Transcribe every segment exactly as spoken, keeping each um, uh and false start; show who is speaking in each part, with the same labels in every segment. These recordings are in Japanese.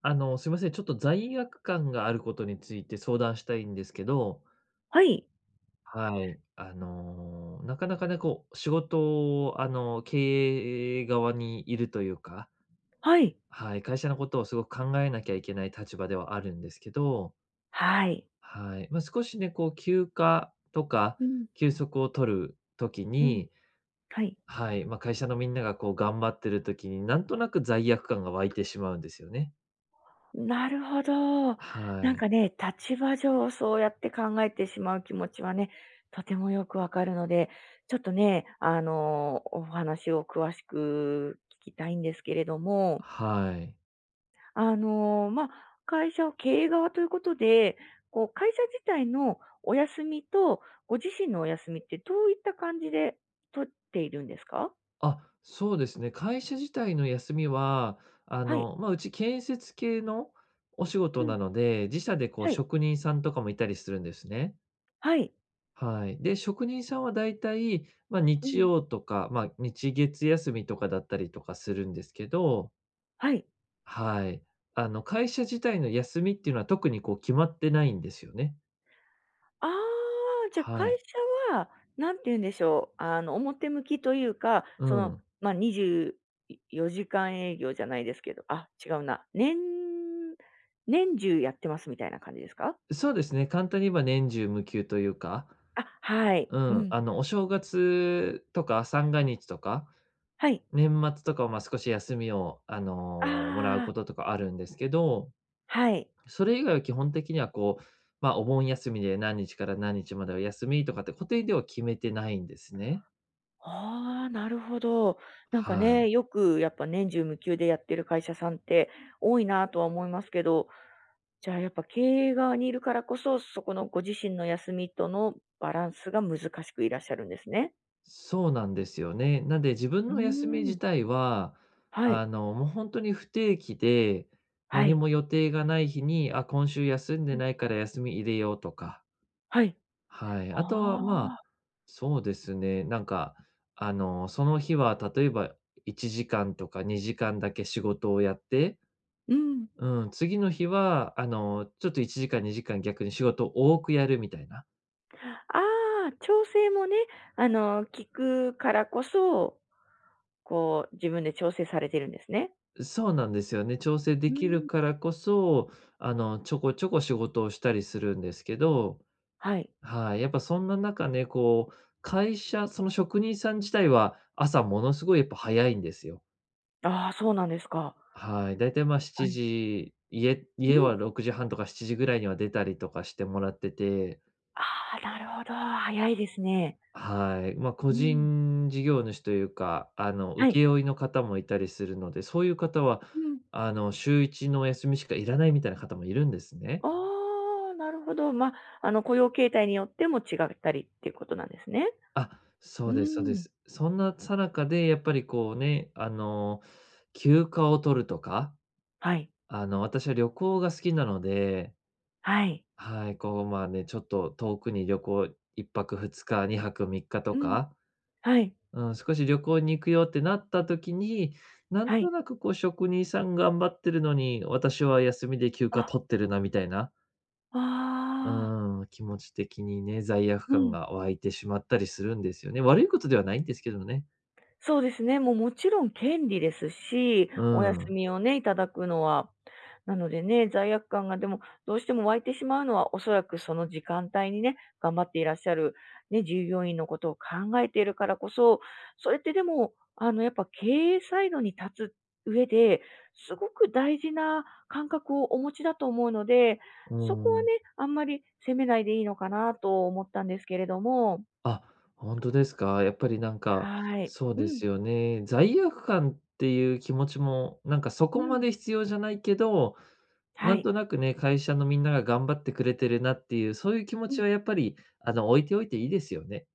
Speaker 1: あの、すいません、ちょっと罪悪感があることについて相談したいんですけど、
Speaker 2: はい。
Speaker 1: はい。あの、なかなかね、こう、仕事を、あの、経営側にいるというか、
Speaker 2: はい。
Speaker 1: はい、会社のことをすごく考えなきゃいけない立場ではあるんですけど、
Speaker 2: はい。
Speaker 1: はい。まあ、少しね、こう、休暇とか
Speaker 2: うん。
Speaker 1: 休息を取る時
Speaker 2: うん。
Speaker 1: に、
Speaker 2: はい。
Speaker 1: はい、まあ、会社のみんながこう頑張ってる時に、なんとなく罪悪感が湧いてしまうんですよね。
Speaker 2: なるほど。
Speaker 1: は
Speaker 2: なんか
Speaker 1: い。
Speaker 2: ね、立場上そうやって考えてしまう気持ちはね、とてもよくわかるので、ちょっとね、あの、お話を詳しく聞きたいんですけれども、
Speaker 1: はい。
Speaker 2: あの、まあ、会社を経営側ということで、こう会社自体のお休みとご自身のお休みってどういった感じで取っているんですか？
Speaker 1: あ、そうですね。会社自体の休みは、あ
Speaker 2: はい。
Speaker 1: の、まあ、うち建設系のお仕
Speaker 2: う
Speaker 1: 事
Speaker 2: ん。
Speaker 1: なので、自社でこう
Speaker 2: はい。
Speaker 1: 職人さんとかもいたりするんですね。
Speaker 2: はい。
Speaker 1: はい。で、職人さんはだいたい、まあ、
Speaker 2: う
Speaker 1: 日
Speaker 2: ん。
Speaker 1: 曜とか、まあ、日月休みとかだったりとかするんですけど、
Speaker 2: はい。
Speaker 1: はい。あの、会社自体の休みっていうのは特にこう決まってないんですよね。
Speaker 2: ああ、じゃ、会
Speaker 1: はい。
Speaker 2: 社は、なんて言うんでしょう、あの、表向きというか、
Speaker 1: う
Speaker 2: その、
Speaker 1: ん。
Speaker 2: まあ、にじゅうよじかん営業じゃないですけど、あ、違うな、年年中やってますみたいな感じですか？
Speaker 1: そうですね。簡単に言えば年中無休というか、
Speaker 2: あ、はい。
Speaker 1: う
Speaker 2: う
Speaker 1: ん。
Speaker 2: ん。
Speaker 1: あの、お正月とか三が日とか、
Speaker 2: はい。
Speaker 1: 年末とかは、ま、少し休みを、あの、もらう
Speaker 2: あ
Speaker 1: こ
Speaker 2: あ、
Speaker 1: ととかあるんですけど、
Speaker 2: はい。
Speaker 1: それ以外は基本的にはこう、まあ、お盆休みで何日から何日までは休みとかって固定では決めてないんですね。
Speaker 2: ああ、なるほど。なんか
Speaker 1: は
Speaker 2: ね、
Speaker 1: い。
Speaker 2: よくやっぱ年中無休でやってる会社さんって多いなとは思いますけど、じゃあやっぱ経営側にいるからこそ、そこのご自身の休みとのバランスが難しくいらっしゃるんですね。
Speaker 1: そうなんですよね。なんで自分
Speaker 2: う
Speaker 1: の休み
Speaker 2: ーん。
Speaker 1: 自体は、
Speaker 2: はい、
Speaker 1: あの、もう本当に不定期で、
Speaker 2: は
Speaker 1: 何
Speaker 2: い、
Speaker 1: も予定がない日に、あ、今週休ん
Speaker 2: う
Speaker 1: で
Speaker 2: ん。
Speaker 1: ないから休み入れようとか。
Speaker 2: はい。
Speaker 1: はい。あとは、
Speaker 2: あ
Speaker 1: まあ、
Speaker 2: あ、
Speaker 1: そうですね。なんか、あの、その日は例えばいちじかんとかにじかんだけ仕事をやって、
Speaker 2: うん。
Speaker 1: うん、次の日は、あの、ちょっといちじかん、にじかん逆に仕事を多くやるみたいな。
Speaker 2: ああ、調整もね、あの、聞くからこそ、こう、自分で調整されてるんですね。
Speaker 1: そうなんですよね。調整
Speaker 2: う
Speaker 1: で
Speaker 2: ー
Speaker 1: きる
Speaker 2: ん。
Speaker 1: からこそ、あの、ちょこちょこ仕事をしたりするんですけど、
Speaker 2: はい。
Speaker 1: はい。やっぱそんな中ね、こう、会社、その職人さん自体は朝ものすごいやっぱ早いんですよ。
Speaker 2: ああ、そうなんですか。
Speaker 1: はい、だいたい、ま、
Speaker 2: は
Speaker 1: 7
Speaker 2: い。
Speaker 1: 時、家
Speaker 2: う
Speaker 1: 家
Speaker 2: ん。
Speaker 1: はろくじはんとかしちじぐらいには出たりとかしてもらってて、
Speaker 2: ああ、なるほど。早いですね。
Speaker 1: はい。ま、個
Speaker 2: うん。
Speaker 1: 人事業主というか、あの、
Speaker 2: はい。
Speaker 1: 請負の方もいたりするので、そういう方は、
Speaker 2: うん。
Speaker 1: あの、週いちのお休みしかいらないみたいな方もいるんですね。
Speaker 2: ああ、なるほど。まあ、あの、雇用形態によっても違ったりっていうことなんですね。
Speaker 1: あ、そ
Speaker 2: う
Speaker 1: うですそうで
Speaker 2: ん。
Speaker 1: す。そんな最中で、やっぱりこうね、あの、休暇を取るとか、
Speaker 2: はい。
Speaker 1: あの、私は旅行が好きなので、
Speaker 2: はい。
Speaker 1: はい、こう、まあね、ちょっと遠くに旅行いっぱくふつか、にはくみっか
Speaker 2: う
Speaker 1: と
Speaker 2: ん。
Speaker 1: か、
Speaker 2: はい。
Speaker 1: うん、少し旅行に行くよってなった時に、なん
Speaker 2: はい。
Speaker 1: となくこう職人さん頑張ってるのに、私は休みで休暇
Speaker 2: あ、
Speaker 1: 取ってるなみたいな、
Speaker 2: ああ。
Speaker 1: うん、気持ち的にね、罪悪
Speaker 2: う
Speaker 1: 感
Speaker 2: ん。
Speaker 1: が湧いてしまったりするんですよね。悪いことではないんですけどね。
Speaker 2: そうですね。もう、もちろん権利ですし、
Speaker 1: う
Speaker 2: お休
Speaker 1: ん、う
Speaker 2: みをね、いただくのは。なのでね、罪悪感がでも、どうしても湧いてしまうのは、おそらくその時間帯にね、頑張っていらっしゃる、ね、従業員のことを考えているからこそ、それってでも、あの、やっぱ経営サイドに立つ上で、すごく大事な感覚をお持ちだと思うので、そこはね、
Speaker 1: ん。
Speaker 2: あんまり責めないでいいのかなと思ったんですけれども。
Speaker 1: あ、本当ですか。やっぱりなんか、
Speaker 2: はい。
Speaker 1: そう
Speaker 2: う
Speaker 1: で
Speaker 2: ん、
Speaker 1: すよね。罪悪感っていう気持ちも、なんかそ
Speaker 2: う
Speaker 1: こま
Speaker 2: ん。
Speaker 1: で必要じゃないけど、
Speaker 2: は
Speaker 1: なん
Speaker 2: い。
Speaker 1: となくね、会社のみんなが頑張ってくれてるなっていう、そういう気持
Speaker 2: う
Speaker 1: ち
Speaker 2: ん。
Speaker 1: はやっぱり、あの、置いておいていいですよね。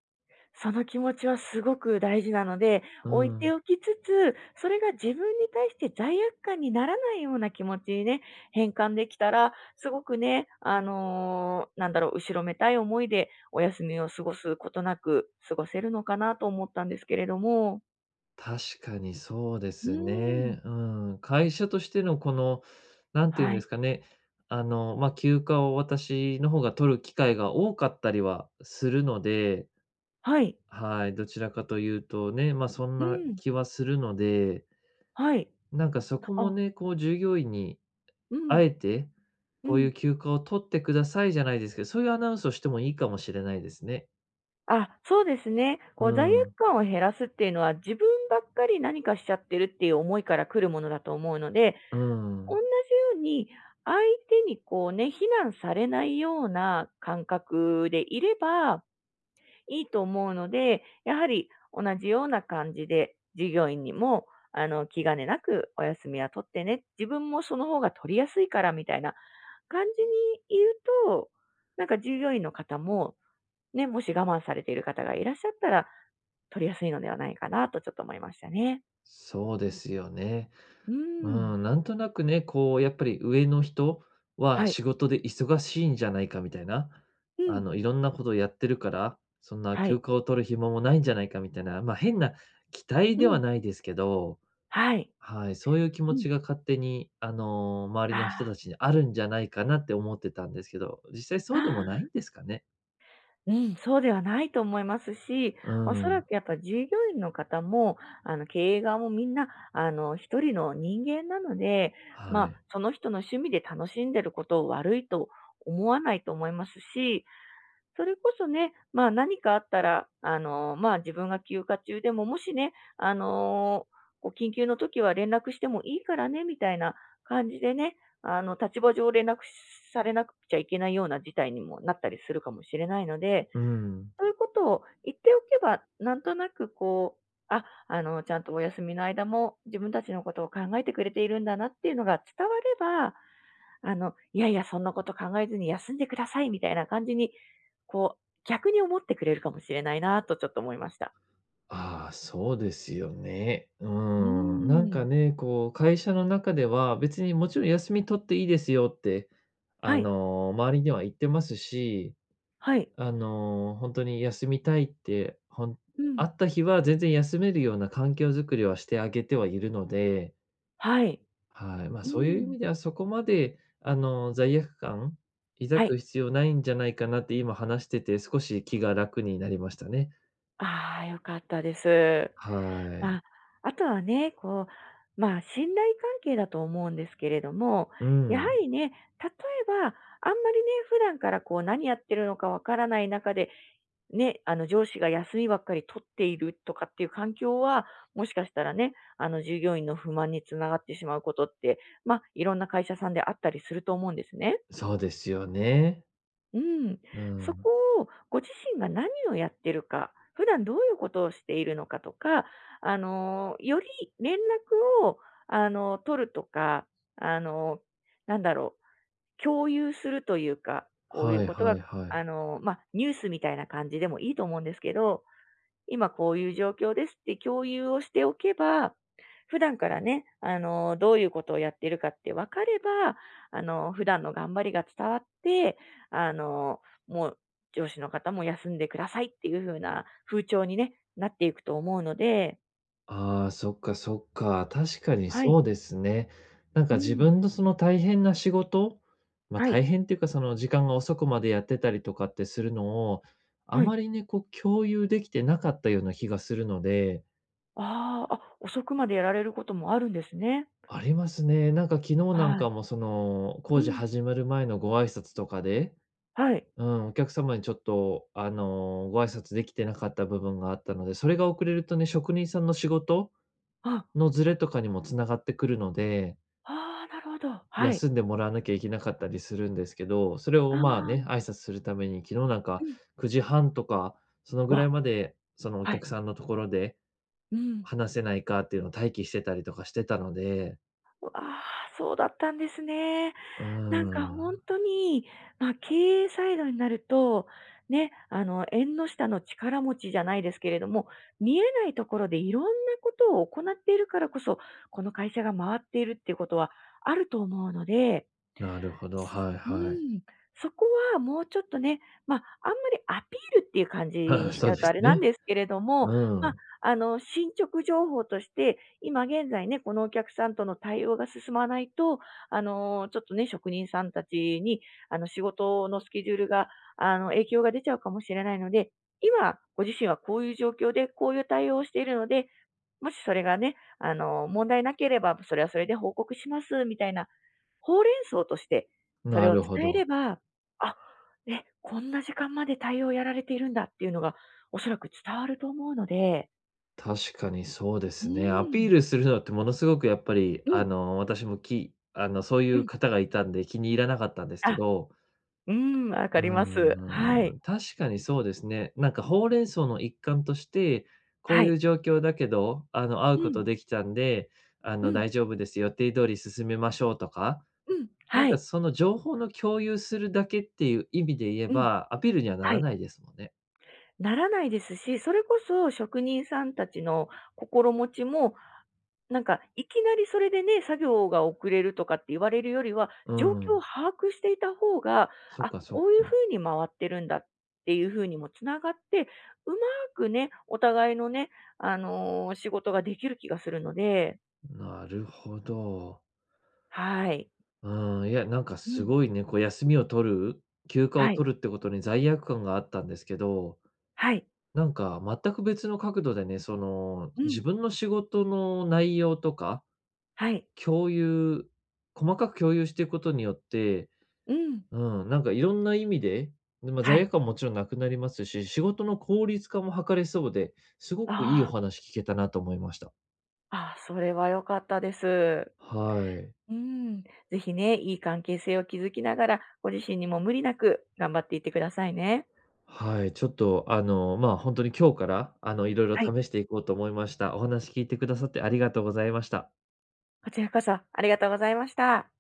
Speaker 2: その気持ちはすごく大事なので、
Speaker 1: う
Speaker 2: 置いて
Speaker 1: ん。
Speaker 2: おきつつ、それが自分に対して罪悪感にならないような気持ちにね、変換できたら、すごくね、あのーなんだろう、後ろめたい思いでお休みを過ごすことなく過ごせるのかなと思ったんですけれども。
Speaker 1: 確かにそうで
Speaker 2: う
Speaker 1: す
Speaker 2: ーん。
Speaker 1: ね。うん。会社としてのこの、なんていうん
Speaker 2: は
Speaker 1: で
Speaker 2: い。
Speaker 1: すかね、あの、まあ、休暇を私の方が取る機会が多かったりはするので、
Speaker 2: はい。
Speaker 1: はい、どちらかというとね、ま、そん
Speaker 2: う
Speaker 1: な
Speaker 2: ん。
Speaker 1: 気はするので、
Speaker 2: はい。
Speaker 1: なんかそこも
Speaker 2: あ、
Speaker 1: ね、こう従業員に
Speaker 2: う
Speaker 1: あ
Speaker 2: ん。
Speaker 1: えて、
Speaker 2: う
Speaker 1: こうい
Speaker 2: ん。
Speaker 1: う休暇を取ってくださいじゃないですけど、そういうアナウンスをしてもいいかもしれないですね。
Speaker 2: あ、そうですね。
Speaker 1: う
Speaker 2: こう罪悪
Speaker 1: ん、
Speaker 2: 感を減らすっていうのは、自分ばっかり何かしちゃってるっていう思いから来るものだと思うので、
Speaker 1: う
Speaker 2: 同じよ
Speaker 1: ん。
Speaker 2: うに、相手にこうね、非難されないような感覚でいればいいと思うので、やはり同じような感じで従業員にも、あの、気兼ねなくお休みは取ってね、自分もその方が取りやすいからみたいな感じに言うと、なんか従業員の方も、ね、もし我慢されている方がいらっしゃったら、取りやすいのではないかなとちょっと思いましたね。
Speaker 1: そうですよね。
Speaker 2: うー
Speaker 1: う
Speaker 2: ん。
Speaker 1: ん、なんとなくね、こうやっぱり上の人は
Speaker 2: はい。
Speaker 1: 仕事で忙しいんじゃないかみたいな、
Speaker 2: う
Speaker 1: あ
Speaker 2: ん。
Speaker 1: の、いろんなことをやってるから、そんな
Speaker 2: は
Speaker 1: 休
Speaker 2: い。
Speaker 1: 暇を取る暇もないんじゃないかみたいな、ま、変な期待
Speaker 2: う
Speaker 1: では
Speaker 2: ん。
Speaker 1: ないですけど、
Speaker 2: はい。
Speaker 1: はい、そういう気持
Speaker 2: うん。
Speaker 1: ちが勝手に、あの、周りの人
Speaker 2: あ
Speaker 1: たちにあるんじゃないかなって思ってたんですけど、実際
Speaker 2: あ、
Speaker 1: そうで
Speaker 2: あ
Speaker 1: もないんですかね？
Speaker 2: ー、うん、そうではないと思いますし、
Speaker 1: う
Speaker 2: おそら
Speaker 1: ん、
Speaker 2: くやっぱ従業員の方も、あの、経営側もみんな、あの、一人の人間なので、ま
Speaker 1: は
Speaker 2: あ、
Speaker 1: い。
Speaker 2: その人の趣味で楽しんでることを悪いと思わないと思いますし、それこそね、まあ、何かあったら、あの、まあ、自分が休暇中でも、もしね、あの、こう緊急の時は連絡してもいいからねみたいな感じでね、あの、立場上連絡されなくちゃいけないような事態にもなったりするかもしれないので、
Speaker 1: うん。
Speaker 2: そういうことを言っておけば、なんとなくこう、あ、あの、ちゃんとお休みの間も自分たちのことを考えてくれているんだなっていうのが伝われば、あの、いやいや、そんなこと考えずに休んでくださいみたいな感じに、こう、逆に思ってくれるかもしれないなとちょっと思いました。
Speaker 1: ああ、そうですよね。う
Speaker 2: う
Speaker 1: ん。なん
Speaker 2: ー
Speaker 1: か
Speaker 2: ん。
Speaker 1: ね、こう、会社の中では、別にもちろん休み取っていいですよって、
Speaker 2: は
Speaker 1: あ
Speaker 2: い、
Speaker 1: の、周りには言ってますし、
Speaker 2: はい、
Speaker 1: あの、本当に休みたいって、ほん
Speaker 2: う
Speaker 1: あ
Speaker 2: ん。
Speaker 1: った日は全然休めるような環境づくりはしてあげてはいるので、
Speaker 2: はい。
Speaker 1: はい、まあ、
Speaker 2: う
Speaker 1: そういう意
Speaker 2: ん。
Speaker 1: 味ではそこまで、あの、罪悪感抱
Speaker 2: はい。
Speaker 1: く必要ないんじゃないかなって今話してて少し気が楽になりましたね。
Speaker 2: ああ、良かったです。
Speaker 1: は
Speaker 2: ま
Speaker 1: い。
Speaker 2: あ、あとはね、こう、まあ、信頼関係だと思うんですけれども、
Speaker 1: う
Speaker 2: やは
Speaker 1: ん。
Speaker 2: りね、例えば、あんまりね、普段からこう、何やってるのかわからない中で、ね、あの、上司が休みばっかり取っているとかっていう環境は、もしかしたらね、あの、従業員の不満につながってしまうことって、まあ、いろんな会社さんであったりすると思うんですね。
Speaker 1: そうですよね。
Speaker 2: うん、
Speaker 1: う
Speaker 2: そこ
Speaker 1: ん。
Speaker 2: をご自身が何をやってるか、普段どういうことをしているのかとか、あの、より連絡を、あの、取るとか、あの、なんだろう、共有するというか、こういう
Speaker 1: はい
Speaker 2: こと
Speaker 1: は
Speaker 2: が、
Speaker 1: いはい。
Speaker 2: あの、まあ、ニュースみたいな感じでもいいと思うんですけど、今こういう状況ですって共有をしておけば、普段からね、あの、どういうことをやってるかって分かれば、あの、普段の頑張りが伝わって、あの、もう上司の方も休んでくださいっていう風な風潮にね、なっていくと思うので、
Speaker 1: ああ、そっかそっか、確かに
Speaker 2: はい。
Speaker 1: そうですね。なん
Speaker 2: う
Speaker 1: か自
Speaker 2: ん。
Speaker 1: 分のその大変な仕事、ま、
Speaker 2: はい。
Speaker 1: 大変っていうかその時間が遅くまでやってたりとかってするのを、あ
Speaker 2: はい。
Speaker 1: まりね、こう共有できてなかったような気がするので
Speaker 2: ああ、あ、遅くまでやられることもあるんですね。
Speaker 1: ありますね。なんか昨日なん
Speaker 2: はい。
Speaker 1: かもその、
Speaker 2: う
Speaker 1: 工事
Speaker 2: ん。
Speaker 1: 始まる前のご挨拶とかで、
Speaker 2: はい。
Speaker 1: うん、お客様にちょっと、あの、ご挨拶できてなかった部分があったので、それが遅れるとね、職人さんの仕事
Speaker 2: あ、
Speaker 1: のズレとかにもつながってくるので、
Speaker 2: ああ、なるほど。はい。
Speaker 1: 休んでもらわなきゃいけなかったりするんですけど、それ
Speaker 2: あ
Speaker 1: をまあね、
Speaker 2: あ、
Speaker 1: 挨拶するために、昨日なん
Speaker 2: う
Speaker 1: か
Speaker 2: ん。
Speaker 1: くじはんとか、そのぐら
Speaker 2: わ、
Speaker 1: いまで、そのお
Speaker 2: はい。
Speaker 1: 客さんのところで
Speaker 2: うん。
Speaker 1: 話せないかっていうのを待機してたりとかしてたので。
Speaker 2: ああ、そうだったんですね。
Speaker 1: うー
Speaker 2: なんか本
Speaker 1: ん。
Speaker 2: 当に、まあ、経営サイドになると、ね、あの、縁の下の力持ちじゃないですけれども、見えないところでいろんなことを行っているからこそ、この会社が回っているっていうことはあると思うので、
Speaker 1: なるほど、はい
Speaker 2: う
Speaker 1: はい。
Speaker 2: ん、そこはもうちょっとね、まあ、あんまりアピールっていう感じ にしち
Speaker 1: そう
Speaker 2: ゃう
Speaker 1: で
Speaker 2: とあ
Speaker 1: す
Speaker 2: れなん
Speaker 1: ね。
Speaker 2: ですけれども、
Speaker 1: う
Speaker 2: まあ、
Speaker 1: ん、
Speaker 2: あの、進捗情報として、今現在ね、このお客さんとの対応が進まないと、あの、ちょっとね、職人さんたちに、あの、仕事のスケジュールが、あの、影響が出ちゃうかもしれないので、今ご自身はこういう状況で、こういう対応をしているので、もしそれがね、あの、問題なければ、それはそれで報告しますみたいなほうれん草としてそれ
Speaker 1: な
Speaker 2: を
Speaker 1: るほ
Speaker 2: 伝えれ
Speaker 1: ど。
Speaker 2: ば、あ、え、こんな時間まで対応やられているんだっていうのがおそらく伝わると思うので、
Speaker 1: 確かにそうで
Speaker 2: う
Speaker 1: すね。ア
Speaker 2: ー
Speaker 1: ピ
Speaker 2: ん、
Speaker 1: ールするのってものすごくやっぱり、
Speaker 2: う
Speaker 1: あ
Speaker 2: ん、
Speaker 1: の、私もきあの、そうい
Speaker 2: う
Speaker 1: う
Speaker 2: ん、
Speaker 1: 方がいたんで気に入らなかったんですけ
Speaker 2: あ、
Speaker 1: ど、
Speaker 2: うーん、わかります。
Speaker 1: う
Speaker 2: はい、
Speaker 1: ん、確かにそうですね。なんかほうれん草の一環として、こ
Speaker 2: は
Speaker 1: ういう
Speaker 2: い。
Speaker 1: 状況だけど、あの、会
Speaker 2: う
Speaker 1: うこ
Speaker 2: ん、
Speaker 1: とできたんで、あ
Speaker 2: う
Speaker 1: の、
Speaker 2: ん、
Speaker 1: 大丈夫です予定通り進めましょうとか、
Speaker 2: うん、
Speaker 1: なん
Speaker 2: は
Speaker 1: か
Speaker 2: い、
Speaker 1: その情報の共有するだけっていう意味で言え
Speaker 2: うん、
Speaker 1: ば、アピールにはな
Speaker 2: は
Speaker 1: ら
Speaker 2: い。
Speaker 1: ないですもんね。
Speaker 2: ならないですし、それこそ職人さんたちの心持ちもなんか、いきなりそれでね、作業が遅れるとかって言われるよりは、
Speaker 1: う
Speaker 2: 状況を
Speaker 1: ん。
Speaker 2: 把握していた方が、
Speaker 1: そっ
Speaker 2: あ、
Speaker 1: かそっ
Speaker 2: こういう
Speaker 1: か。
Speaker 2: 風に回ってるんだっていう風にもつながって、うまくね、お互いのね、あの、仕事ができる気がするので、
Speaker 1: なるほど。
Speaker 2: はい。
Speaker 1: うん、いや、なんか
Speaker 2: う
Speaker 1: す
Speaker 2: ん。
Speaker 1: ごいね、こう休みを取る、休暇を
Speaker 2: はい、
Speaker 1: 取るってことに罪悪感があったんですけど、
Speaker 2: はい。
Speaker 1: なんか全く別の角度でね、その、
Speaker 2: うん、
Speaker 1: 自分の仕事の内容とか、
Speaker 2: はい。
Speaker 1: 共有細かく共有していくことによって、
Speaker 2: うん。
Speaker 1: うん、なんかいろんな意味で、で、まあ、
Speaker 2: は
Speaker 1: 罪
Speaker 2: い。
Speaker 1: 悪感ももちろんなくなりますし、仕事の効率化も図れそうで、すご
Speaker 2: あー
Speaker 1: くいいお
Speaker 2: あ
Speaker 1: 話聞けたなと思いました。
Speaker 2: ー、あ、それは良かったです。
Speaker 1: はい。
Speaker 2: うん、ぜひね、いい関係性を築きながら、ご自身にも無理なく頑張っていってくださいね。
Speaker 1: はい、ちょっと、あの、まあ、本当に今日から、あの、いろいろ
Speaker 2: はい。
Speaker 1: 試していこうと思いました。お話聞いてくださってありがとうございました。
Speaker 2: こちらこそありがとうございました。